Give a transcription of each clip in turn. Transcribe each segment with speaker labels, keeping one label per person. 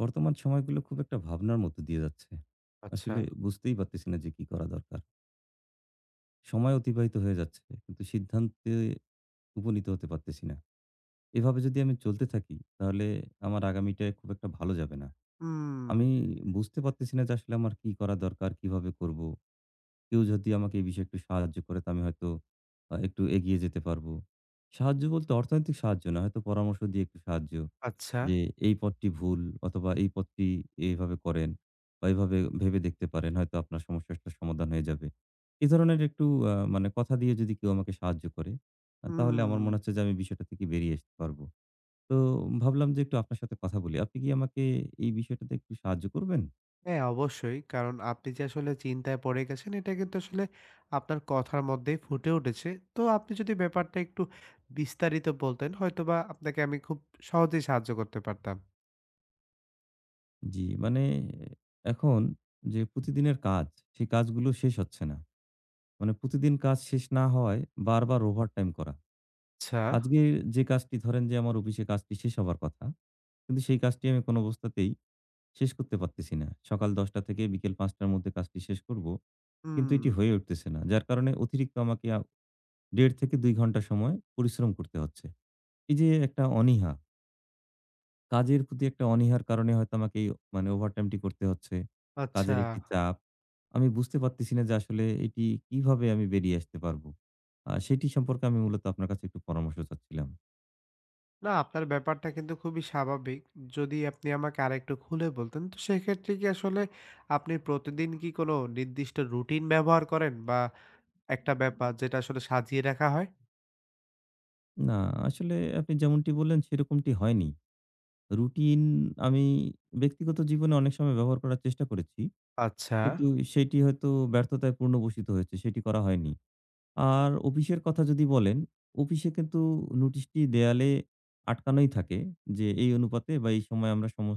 Speaker 1: বর্তমান সময়গুলো খুব একটা ভাবনার মধ্যে দিয়ে যাচ্ছে।
Speaker 2: আচ্ছা।
Speaker 1: আসলে বুঝতেই পারতেছি না যে কি করা দরকার। সময় অতিবাহিত হয়ে যাচ্ছে কিন্তু সিদ্ধান্তে উপনীত হতে পারতেছি না। এভাবে যদি আমি চলতে থাকি তাহলে আমার আগামীটা খুব একটা ভালো যাবে না।
Speaker 2: হুম।
Speaker 1: আমি বুঝতে পারতেছি না যে আসলে আমার কি করা দরকার, কিভাবে করব? কেউ যদি আমাকে এই বিষয়ে একটু সাহায্য করে তো আমি হয়তো একটু এগিয়ে যেতে পারবো। সাহায্য বলতে অর্থনৈতিক সাহায্য না, হয়তো পরামর্শ দিয়ে একটু সাহায্য।
Speaker 2: আচ্ছা।
Speaker 1: যে এই পথটি ভুল, অথবা এই পথটি এইভাবে করেন বা এইভাবে ভেবে দেখতে পারেন। হয়তো আপনার সমস্যাটা সমাধান হয়ে যাবে। এ ধরনের একটু মানে কথা দিয়ে যদি কেউ আমাকে সাহায্য করে, তাহলে আমার
Speaker 2: হুম।
Speaker 1: মনে হচ্ছে যে আমি বিষয়টা থেকে বেরিয়ে আসতে পারবো। তো ভাবলাম যে একটু আপনার সাথে কথা বলি। আপনি কি আমাকে এই বিষয়টাতে একটু সাহায্য করবেন?
Speaker 2: হ্যাঁ, অবশ্যই। কারণ আপনি যে আসলে চিন্তায় পড়ে গেছেন, এটা কিন্তু আসলে আপনার কথার মধ্যেই ফুটে উঠেছে। তো আপনি যদি ব্যাপারটা একটু বিস্তারিত বলতেন, হয়তোবা আপনাকে আমি খুব সহজেই সাহায্য করতে পারতাম।
Speaker 1: জি, মানে এখন যে প্রতিদিনের কাজ, সেই কাজগুলো শেষ হচ্ছে না। মানে প্রতিদিন কাজ শেষ না হওয়ায় বারবার ওভারটাইম করা।
Speaker 2: আচ্ছা।
Speaker 1: আজকে যে কাজটি ধরেন যে আমার অফিসে কাজটি শেষ হবার কথা, কিন্তু সেই কাজটি আমি কোনো অবস্থাতেই শেষ করতে পারতেছি না। সকাল ১০টা থেকে বিকেল ৫টার মধ্যে কাজটি শেষ করব। কিন্তু
Speaker 2: হুম।
Speaker 1: এটি হয়ে উঠতেছে না। যার কারণে অতিরিক্ত আমাকে ১.৫ থেকে ২ ঘন্টা সময় পরিশ্রম করতে হচ্ছে। এই যে একটা অনীহা, কাজের প্রতি একটা অনীহার কারণে হয়তো আমাকে এই মানে ওভারটাইমটি করতে হচ্ছে।
Speaker 2: আচ্ছা।
Speaker 1: কাজের একটি চাপ। আমি বুঝতে পারতেছি না যে আসলে এটি কিভাবে আমি বেরিয়ে আসতে পারবো। সেটি সম্পর্কে আমি মূলত আপনার কাছে একটু পরামর্শ চাচ্ছিলাম।
Speaker 2: না, আপনার ব্যাপারটা কিন্তু খুবই স্বাভাবিক। যদি আপনি আমাকে আরেকটু খুলে বলতেন, তো সেক্ষেত্রে কি আসলে আপনি প্রতিদিন কি কোনো নির্দিষ্ট রুটিন ব্যবহার করেন বা একটা ব্যাপার যেটা আসলে সাজিয়ে রাখা হয়?
Speaker 1: না, আসলে আপনি যেমনটি বললেন সেরকমটি হয়নি। রুটিন আমি ব্যক্তিগত জীবনে অনেক সময় ব্যবহার করার চেষ্টা করেছি।
Speaker 2: আচ্ছা,
Speaker 1: কিন্তু সেটি হয়তো ব্যর্থতায় পূর্ণবসিত হয়েছে। সেটি করা হয়নি। আর অফিসের কথা যদি বলেন, অফিসে কিন্তু নোটিশটি দেয়ালে আটকানোই থাকে যে এই অনুপাতে বা এই সময়ে আমরা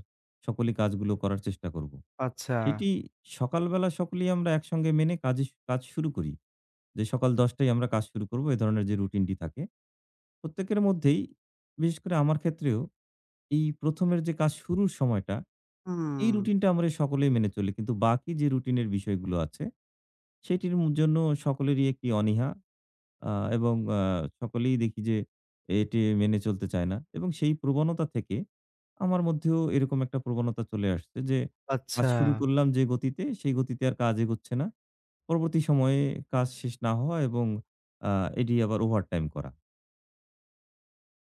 Speaker 1: সকলেই কাজগুলো করার চেষ্টা করব।
Speaker 2: আচ্ছা।
Speaker 1: সেটি সকালবেলা সকলেই আমরা একসঙ্গে মেনে কাজে কাজ শুরু করি। যে সকাল ১০ টায় আমরা কাজ শুরু করব, এ ধরনের যে রুটিনটি থাকে। প্রত্যেকের মধ্যেই, বিশেষ করে আমার ক্ষেত্রেও এই প্রথম এর যে কাজ শুরুর সময়টা, এই
Speaker 2: হুম,
Speaker 1: রুটিনটা আমরা সকলেই মেনে চলি। কিন্তু বাকি যে রুটিনের বিষয়গুলো আছে, সেটির জন্য সকলেরই একটি অনীহা, আ এবং সকলেই দেখি যে এটি মেনে চলতে চায় না। এবং সেই প্রবণতা থেকে আমার মধ্যেও এরকম একটা প্রবণতা চলে আসছে যে, কাজ
Speaker 2: আচ্ছা
Speaker 1: শুরু করলাম যে গতিতে, সেই গতিতে আর কাজ এগোচ্ছে না। পরবর্তী সময়ে কাজ শেষ না হওয়া এবং আ এটি আবার ওভারটাইম করা।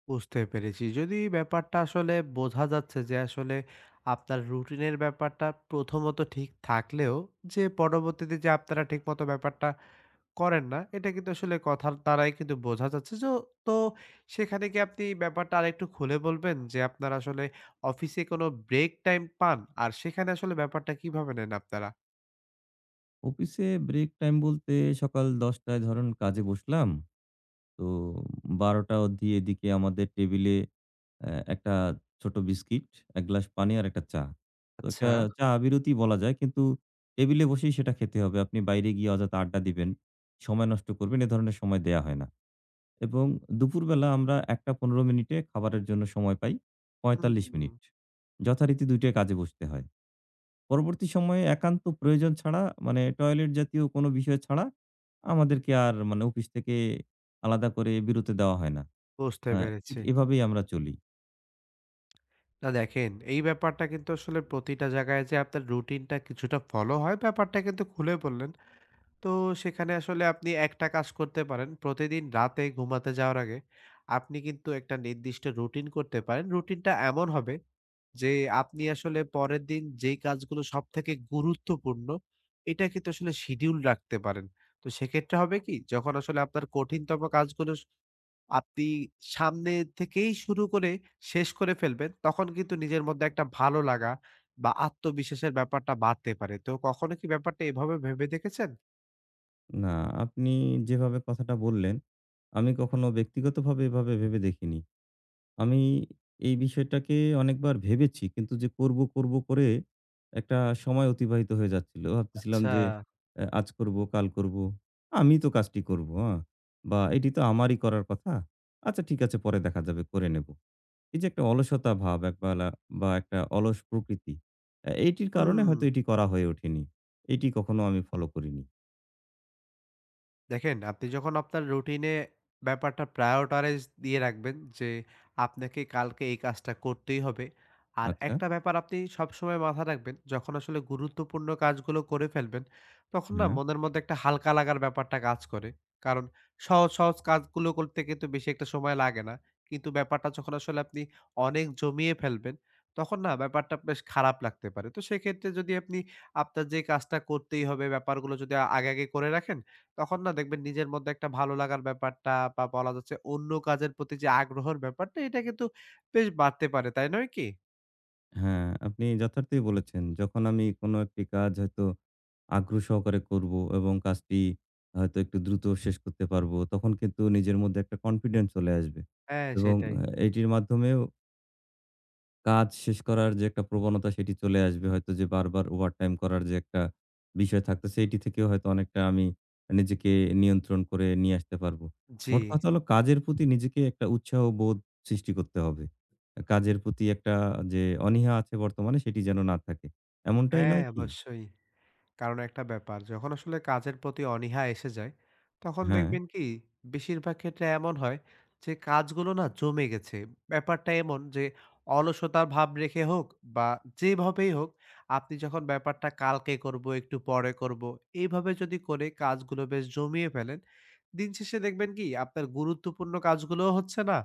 Speaker 2: বুঝতে পেরেছি। যদি ব্যাপারটা আসলে বোঝা যাচ্ছে যে আসলে আপনার রুটিনের ব্যাপারটা প্রথমত ঠিক থাকলেও যে পরবর্তীতে যে আপনারা ঠিকমতো ব্যাপারটা করেন না, এটা কিন্তু আসলে কথার দ্বারাই কিন্তু বোঝা যাচ্ছে। তো সেখানে কি আপনি ব্যাপারটা আরেকটু খুলে বলবেন যে আপনার আসলে অফিসে কোনো ব্রেক টাইম পান? আর সেখানে আসলে ব্যাপারটা কিভাবে নেন আপনারা?
Speaker 1: অফিসে ব্রেক টাইম বলতে সকাল ১০ঃ০০ টায় ধরেন কাজে বসলাম। তো ১২ঃ০০ অবধি এদিকে আমাদের টেবিলে একটা ছোট বিস্কিট, ১ গ্লাস পানি আর একটা চা। তো
Speaker 2: আচ্ছা।
Speaker 1: একটা চা বিরতি বলা যায়, কিন্তু টেবিলে বসেই সেটা খেতে হবে। আপনি বাইরে গিয়ে অযথা আড্ডা দিবেন, সময় নষ্ট করবেন, এ ধরনের সময় দেয়া হয় না। এবং দুপুরবেলা আমরা ১ঃ১৫ মিনিটে খাবারের জন্য সময় পাই ৪৫
Speaker 2: হুম।
Speaker 1: মিনিট। যথারীতি ২ টায় কাজে বসতে হয়। পরবর্তী সময়ে একান্ত প্রয়োজন ছাড়া, মানে টয়লেট জাতীয় কোনো বিষয় ছাড়া, আমাদেরকে আর মানে অফিস থেকে আলাদা করে বিরতি দেওয়া হয় না।
Speaker 2: বুঝতে
Speaker 1: অ্যা ঠিক
Speaker 2: পেরেছি।
Speaker 1: এভাবেই আমরা চলি।
Speaker 2: না দেখেন, এই ব্যাপারটা কিন্তু আসলে প্রতিটা জায়গায় যে আপনার রুটিনটা কিছুটা ফলো হয়, ব্যাপারটা কিন্তু খুলে বললেন। তো সেখানে আসলে আপনি একটা কাজ করতে পারেন। প্রতিদিন রাতে ঘুমাতে যাওয়ার আগে আপনি কিন্তু একটা নির্দিষ্ট রুটিন করতে পারেন। রুটিনটা এমন হবে যে আপনি আসলে পরের দিন যেই কাজগুলো সবথেকে গুরুত্বপূর্ণ, এটা কিন্তু আসলে শিডিউল রাখতে পারেন। তো সেক্ষেত্রে হবে কি? যখন আসলে আপনার কঠিনতম কাজগুলো আপনি সামনে থেকেই শুরু করে শেষ করে ফেলবেন, তখন কিন্তু নিজের মধ্যে একটা ভালো লাগা বা আত্মবিশ্বাসের ব্যাপারটা বাড়তে পারে। তো কখনো কি ব্যাপারটা এভাবে ভেবে দেখেছেন?
Speaker 1: না, আপনি যেভাবে কথাটা বললেন, আমি কখনো ব্যক্তিগতভাবে এভাবে ভেবে দেখিনি। আমি এই বিষয়টাকে অনেকবার ভেবেছি। কিন্তু যে করব, করব করে একটা সময় অতিবাহিত হয়ে যাচ্ছিল। ভাবতেছিলাম
Speaker 2: আচ্ছা।
Speaker 1: যে আজ করব, কাল করব। আমি তো কাজটি করব, হ্যাঁ? বা এটি তো আমারই করার কথা। আচ্ছা, ঠিক আছে, পরে দেখা যাবে করে নেব। এই যে একটা অলসতা ভাব একবেলা বা একটা অলস প্রকৃতি, এইটির কারণে
Speaker 2: হুম।
Speaker 1: হয়তো এটি করা হয়ে ওঠেনি। এটি কখনো আমি ফলো করিনি।
Speaker 2: দেখেন, আপনি যখন আপনার রুটিনে ব্যাপারটা prioritize দিয়ে রাখবেন যে, আপনাকে কালকে এই কাজটা করতেই হবে। আর
Speaker 1: আচ্ছা,
Speaker 2: একটা ব্যাপার আপনি সবসময় মাথায় রাখবেন, যখন আসলে গুরুত্বপূর্ণ কাজগুলো করে ফেলবেন, তখন না
Speaker 1: হ্যাঁ।
Speaker 2: মনের মধ্যে একটা হালকা লাগার ব্যাপারটা কাজ করে। কারণ সহজ, সহজ কাজগুলো করতে কিন্তু বেশি একটা সময় লাগে না। কিন্তু ব্যাপারটা যখন আসলে আপনি অনেক জমিয়ে ফেলবেন, তখন না ব্যাপারটা বেশ খারাপ লাগতে পারে। তো সেক্ষেত্রে যদি আপনি আপনার যে কাজটা করতেই হবে, ব্যাপারগুলো যদি আগে, আগে করে রাখেন, তখন না দেখবেন নিজের মধ্যে একটা ভালো লাগার ব্যাপারটা বা বলা যাচ্ছে অন্য কাজের প্রতি যে আগ্রহের ব্যাপারটা এটা কিন্তু বেশ বাড়তে পারে, তাই নয় কি?
Speaker 1: হ্যাঁ, আপনি যথার্থই বলেছেন। যখন আমি কোনো একটি কাজ হয়তো আগ্রহ সহকারে করব এবং কাজটি হয়তো একটু দ্রুত শেষ করতে পারবো, তখন কিন্তু নিজের মধ্যে একটা কনফিডেন্স চলে আসবে
Speaker 2: হ্যাঁ,
Speaker 1: এবং
Speaker 2: সেটাই।
Speaker 1: এটির মাধ্যমেও কাজ শেষ করার যে একটা প্রবণতা সেটি চলে আসবে, হয়তো যে বারবার ওভারটাইম করার যে একটা বিষয় থাকতেছে এটি থেকেও হয়তো অনেকটা আমি নিজেকে নিয়ন্ত্রণ করে নিয়ে আসতে পারবো।
Speaker 2: জি।
Speaker 1: মোট কথা হলো, কাজের প্রতি নিজেকে একটা উৎসাহ বোধ সৃষ্টি করতে হবে। কাজের প্রতি একটা যে অনীহা আছে বর্তমানে, সেটি যেন না থাকে। এমনটাই
Speaker 2: হ্যাঁ,
Speaker 1: নয় কি?
Speaker 2: অবশ্যই। কারণ একটা ব্যাপার যখন আসলে কাজের প্রতি অনীহা এসে যায়, তখন
Speaker 1: হ্যাঁ,
Speaker 2: দেখবেন কি বেশিরভাগ ক্ষেত্রে এমন হয় যে কাজগুলো না জমে গেছে। ব্যাপারটা এমন যে অলসতার ভাব রেখে হোক বা যেভাবেই হোক আপনি যখন ব্যাপারটা কালকে করব, একটু পরে করব, এইভাবে যদি করে কাজগুলো বেশ জমিয়ে ফেলেন, দিন শেষে দেখবেন কি আপনার গুরুত্বপূর্ণ কাজগুলোও হচ্ছে না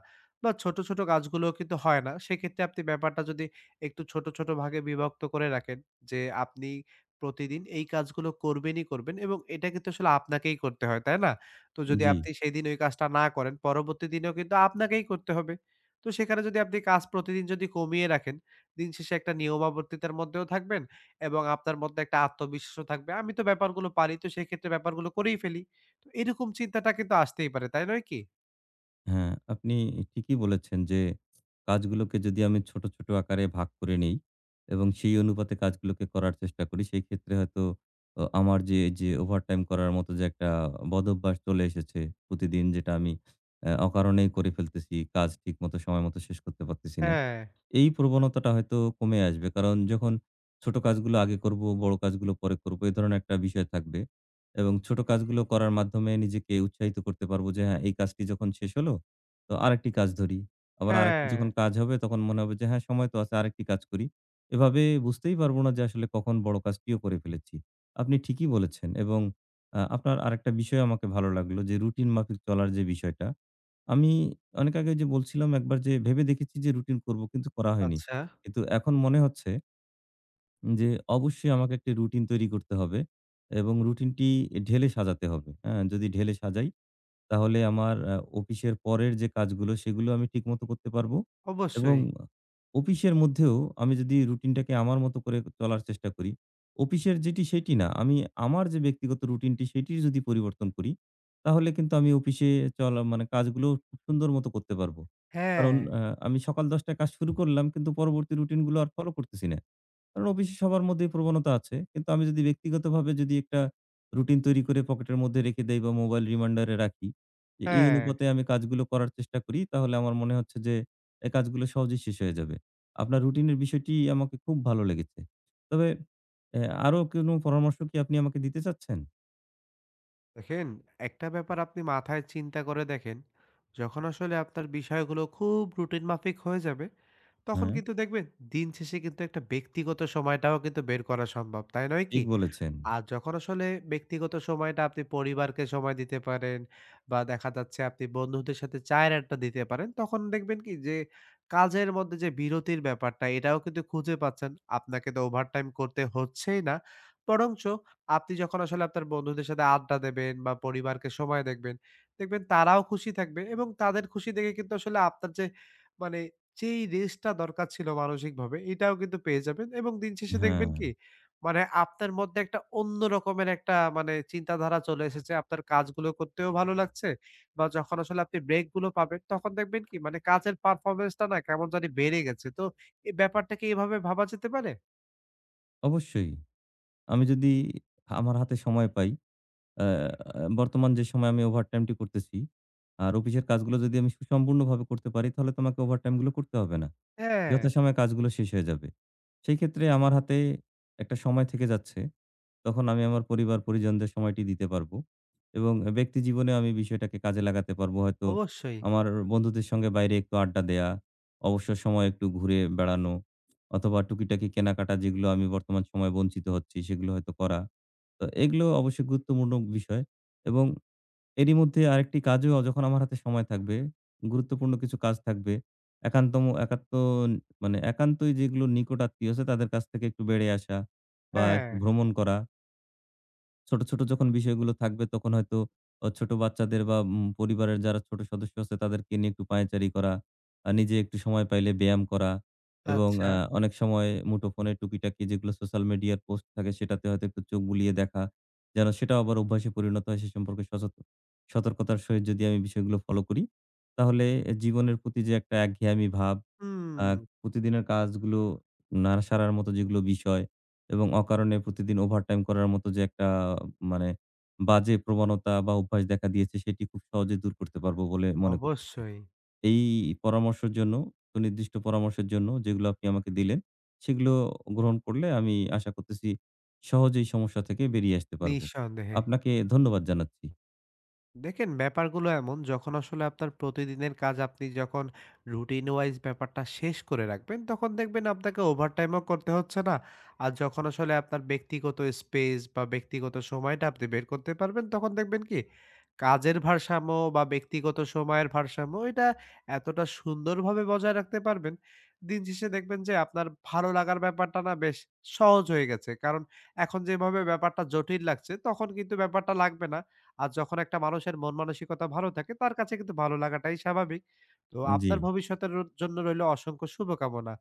Speaker 2: বা ছোট, ছোট কাজগুলোও কিন্তু হয় না। সেক্ষেত্রে আপনি ব্যাপারটা যদি একটু ছোট, ছোট ভাগে বিভক্ত করে রাখেন যে আপনি প্রতিদিন এই কাজগুলো করবেনই করবেন এবং এটা কিন্তু আসলে আপনাকেই করতে হয়, তাই না? তো যদি
Speaker 1: জি।
Speaker 2: আপনি সেইদিন ওই কাজটা না করেন, পরবর্তী দিনেও কিন্তু আপনাকেই করতে হবে। তো সেখানে যদি আপনি কাজ প্রতিদিন যদি কমিয়ে রাখেন, দিন শেষে একটা নিয়মাবর্তিতার মধ্যেও থাকবেন এবং আপনার মধ্যে একটা আত্মবিশ্বাসও থাকবে। আমি তো ব্যাপারগুলো পারি, তো সেক্ষেত্রে ব্যাপারগুলো করেই ফেলি। তো এরকম চিন্তাটা কিন্তু আসতেই পারে, তাই নয় কি?
Speaker 1: হ্যাঁ, আপনি ঠিকই বলেছেন যে কাজগুলোকে যদি আমি ছোট, ছোট আকারে ভাগ করে নেই এবং সেই অনুপাতে কাজগুলোকে করার চেষ্টা করি, সেই ক্ষেত্রে হয়তো আমার যে ওভারটাইম করার মতো যে একটা বদভ্যাস চলে এসেছে, প্রতিদিন যেটা আমি অকারণেই করে ফেলতেছি। কাজ ঠিকমতো সময়মতো শেষ করতে পারতেছি না।
Speaker 2: হ্যাঁ,
Speaker 1: এই প্রবণতাটা হয়তো কমে আসবে। কারণ যখন ছোট কাজগুলো আগে করব, বড় কাজগুলো পরে করব, এ ধরনের একটা বিষয় থাকবে। এবং ছোট কাজগুলো করার মাধ্যমে নিজেকে উৎসাহিত করতে পারব যে হ্যাঁ, এই কাজটি যখন শেষ হলো, তো আরেকটি কাজ ধরি। আবার আরেকটি
Speaker 2: হ্যাঁ।
Speaker 1: যখন কাজ হবে তখন মনে হবে যে হ্যাঁ, সময় তো আছে, আরেকটি কাজ করি। এভাবে বুঝতেই পারব না যে আসলে কখন বড় কাজটিও করে ফেলেছি। আপনি ঠিকই বলেছেন। এবং আপনার আরেকটা বিষয় আমাকে ভালো লাগলো, যে রুটিন মাফিক চলার যে বিষয়টা, আমি অনেক আগে যে বলছিলাম একবার যে ভেবে দেখেছি যে রুটিন করব কিন্তু করা হয়নি।
Speaker 2: আচ্ছা,
Speaker 1: কিন্তু এখন মনে হচ্ছে যে অবশ্যই আমাকে একটা রুটিন তৈরি করতে হবে এবং রুটিনটি ঢেলে সাজাতে হবে। হ্যাঁ? যদি ঢেলে সাজাই, তাহলে আমার অফিসের পরের যে কাজগুলো সেগুলো আমি ঠিকমতো করতে পারবো, এবং
Speaker 2: অবশ্যই।
Speaker 1: অফিসের মধ্যেও আমি যদি রুটিনটাকে আমার মতো করে চলার চেষ্টা করি, অফিসের যেটি সেটি না, আমি আমার যে ব্যক্তিগত রুটিনটি সেটির যদি পরিবর্তন করি, তাহলে কিন্তু আমি অফিসে চলা মানে কাজগুলো খুব সুন্দর মতো করতে পারবো।
Speaker 2: হ্যাঁ,
Speaker 1: কারণ আমি সকাল ১০ টায় কাজ শুরু করলাম কিন্তু পরবর্তী রুটিনগুলো আর ফলো করতেছি না। কারণ অফিসে সবার মধ্যেই প্রবণতা আছে। কিন্তু আমি যদি ব্যক্তিগতভাবে যদি একটা রুটিন তৈরি করে পকেটের মধ্যে রেখে দেই বা মোবাইল রিমাইন্ডারে রাখি, যে এই
Speaker 2: হ্যাঁ।
Speaker 1: অনুপাতে আমি কাজগুলো করার চেষ্টা করি, তাহলে আমার মনে হচ্ছে যে এই কাজগুলো সহজেই শেষ হয়ে যাবে। আপনার রুটিনের বিষয়টি আমাকে খুব ভালো লেগেছে। তবে এ আরো কোনো পরামর্শ কি আপনি আমাকে দিতে চাচ্ছেন?
Speaker 2: দেখেন, একটা ব্যাপার আপনি মাথায় চিন্তা করে দেখেন, যখন আসলে আপনার বিষয়গুলো খুব রুটিন মাফিক হয়ে যাবে, তখন
Speaker 1: হ্যাঁ,
Speaker 2: কিন্তু দেখবেন দিন শেষে কিন্তু একটা ব্যক্তিগত সময়টাও কিন্তু বের করা সম্ভব। তাই নয়
Speaker 1: ঠিক
Speaker 2: কি?
Speaker 1: বলেছেন।
Speaker 2: আর যখন আসলে ব্যক্তিগত সময়টা আপনি পরিবারকে সময় দিতে পারেন বা দেখা যাচ্ছে আপনি বন্ধুদের সাথে চায়ের আড্ডা দিতে পারেন, তখন দেখবেন কি যে কাজের মধ্যে যে বিরতির ব্যাপারটা এটাও কিন্তু খুঁজে পাচ্ছেন। আপনাকে তো ওভারটাইম করতে হচ্ছেই না। বরঞ্চ আপনি যখন আসলে আপনার বন্ধুদের সাথে আড্ডা দেবেন বা পরিবারকে সময় দেখবেন, দেখবেন তারাও খুশি থাকবে এবং তাদের খুশি দেখে কিন্তু আসলে আপনার যে মানে যেই রেস্টটা দরকার ছিল মানসিকভাবে এটাও কিন্তু পেয়ে যাবেন এবং দিন শেষে
Speaker 1: হ্যাঁ,
Speaker 2: দেখবেন কি মানে আপনার মধ্যে একটা অন্য রকমের একটা মানে চিন্তাধারা চলে এসেছে। আপনার কাজগুলো করতেও ভালো লাগছে বা যখন আসলে আপনি ব্রেক গুলো পাবেন তখন দেখবেন কি মানে কাজের পারফরম্যান্স টা না কেমন জানি বেড়ে গেছে। তো এই ব্যাপারটা কি এভাবে ভাবা যেতে পারে?
Speaker 1: অবশ্যই। আমি যদি আমার হাতে সময় পাই, অ্যা আ বর্তমান যে সময়ে আমি ওভারটাইমটি করতেছি, আর অফিসের কাজগুলো যদি আমি সুসম্পূর্ণভাবে করতে পারি, তাহলে তো আমাকে ওভারটাইমগুলো করতে হবে না।
Speaker 2: হ্যাঁ,
Speaker 1: যথাসময়ে কাজগুলো শেষ হয়ে যাবে। সেই ক্ষেত্রে আমার হাতে একটা সময় থেকে যাচ্ছে। তখন আমি আমার পরিবার-পরিজনদের সময়টি দিতে পারবো এবং ব্যক্তি জীবনেও আমি বিষয়টাকে কাজে লাগাতে পারবো। হয়তো
Speaker 2: অবশ্যই।
Speaker 1: আমার বন্ধুদের সঙ্গে বাইরে একটু আড্ডা দেয়া, অবসর সময়ে একটু ঘুরে বেড়ানো, অথবা টুকিটাকি কেনাকাটা, যেগুলো আমি বর্তমান সময়ে বঞ্চিত হচ্ছি, সেগুলো হয়তো করা। তো এগুলো অবশ্যই গুরুত্বপূর্ণ বিষয়। এবং এরই মধ্যে আরেকটি কাজও, যখন আমার হাতে সময় থাকবে, গুরুত্বপূর্ণ কিছু কাজ থাকবে। একান্তম একাত্ম মানে একান্তই যেগুলো নিকট আত্মীয় আছে তাদের কাছ থেকে একটু বেড়ে আসা বা
Speaker 2: হ্যাঁ।
Speaker 1: একটু ভ্রমণ করা। ছোট, ছোট যখন বিষয়গুলো থাকবে, তখন হয়তো ছোট বাচ্চাদের বা পরিবারের যারা ছোট সদস্য আছে তাদেরকে নিয়ে একটু পায়চারি করা, নিজে একটু সময় পাইলে ব্যায়াম করা, এবং
Speaker 2: আচ্ছা।
Speaker 1: অনেক সময় মুঠোফোনে টুকিটাকি যেগুলো সোশ্যাল মিডিয়ার পোস্ট থাকে সেটাতে হয়তো একটু চোখ বুলিয়ে দেখা, যেন সেটাও আবার অভ্যাসে পরিণত হয়, সে সম্পর্কে সতর্কতার সহিত যদি আমি বিষয়গুলো ফলো করি, তাহলে জীবনের প্রতি যে একটা একঘেয়ামি ভাব,
Speaker 2: হুম,
Speaker 1: আ প্রতিদিনের কাজগুলো না সারার মতো যেগুলো বিষয় এবং অকারণে প্রতিদিন ওভারটাইম করার মতো যে একটা মানে বাজে প্রবণতা বা অভ্যাস দেখা দিয়েছে, সেটি খুব সহজে দূর করতে পারবো বলে মনে করতেছি।
Speaker 2: অবশ্যই।
Speaker 1: এই পরামর্শের জন্য, সুনির্দিষ্ট পরামর্শের জন্য যেগুলো আপনি আমাকে দিলেন, সেগুলো গ্রহণ করলে আমি আশা করতেছি সহজেই সমস্যা থেকে বেরিয়ে আসতে পারবো।
Speaker 2: নিঃসন্দেহে।
Speaker 1: আপনাকে ধন্যবাদ জানাচ্ছি।
Speaker 2: দেখেন ব্যাপারগুলো এমন যখন আসলে আপনার প্রতিদিনের কাজ আপনি যখন রুটিন ওয়াইজ ব্যাপারটা শেষ করে রাখবেন তখন দেখবেন আপনাকে ওভারটাইমও করতে হচ্ছে না আর যখন আসলে আপনার ব্যক্তিগত স্পেস বা ব্যক্তিগত সময়টা আপনি বের করতে পারবেন তখন দেখবেন কি কাজের ভারসাম্য বা ব্যক্তিগত সময়ের ভারসাম্য এটা এতটা সুন্দরভাবে বজায় রাখতে পারবেন দিন শেষে দেখবেন যে আপনার ভালো লাগার ব্যাপারটা না বেশ সহজ হয়ে গেছে কারণ এখন যেভাবে ব্যাপারটা জটিল লাগছে তখন কিন্তু ব্যাপারটা লাগবে না আর যখন একটা মানুষের মন মানসিকতা ভালো থাকে তার কাছে কিন্তু ভালো লাগাটাই স্বাভাবিক। তো
Speaker 1: জি।
Speaker 2: আপনার ভবিষ্যতের জন্য রইল অসংখ্য শুভকামনা।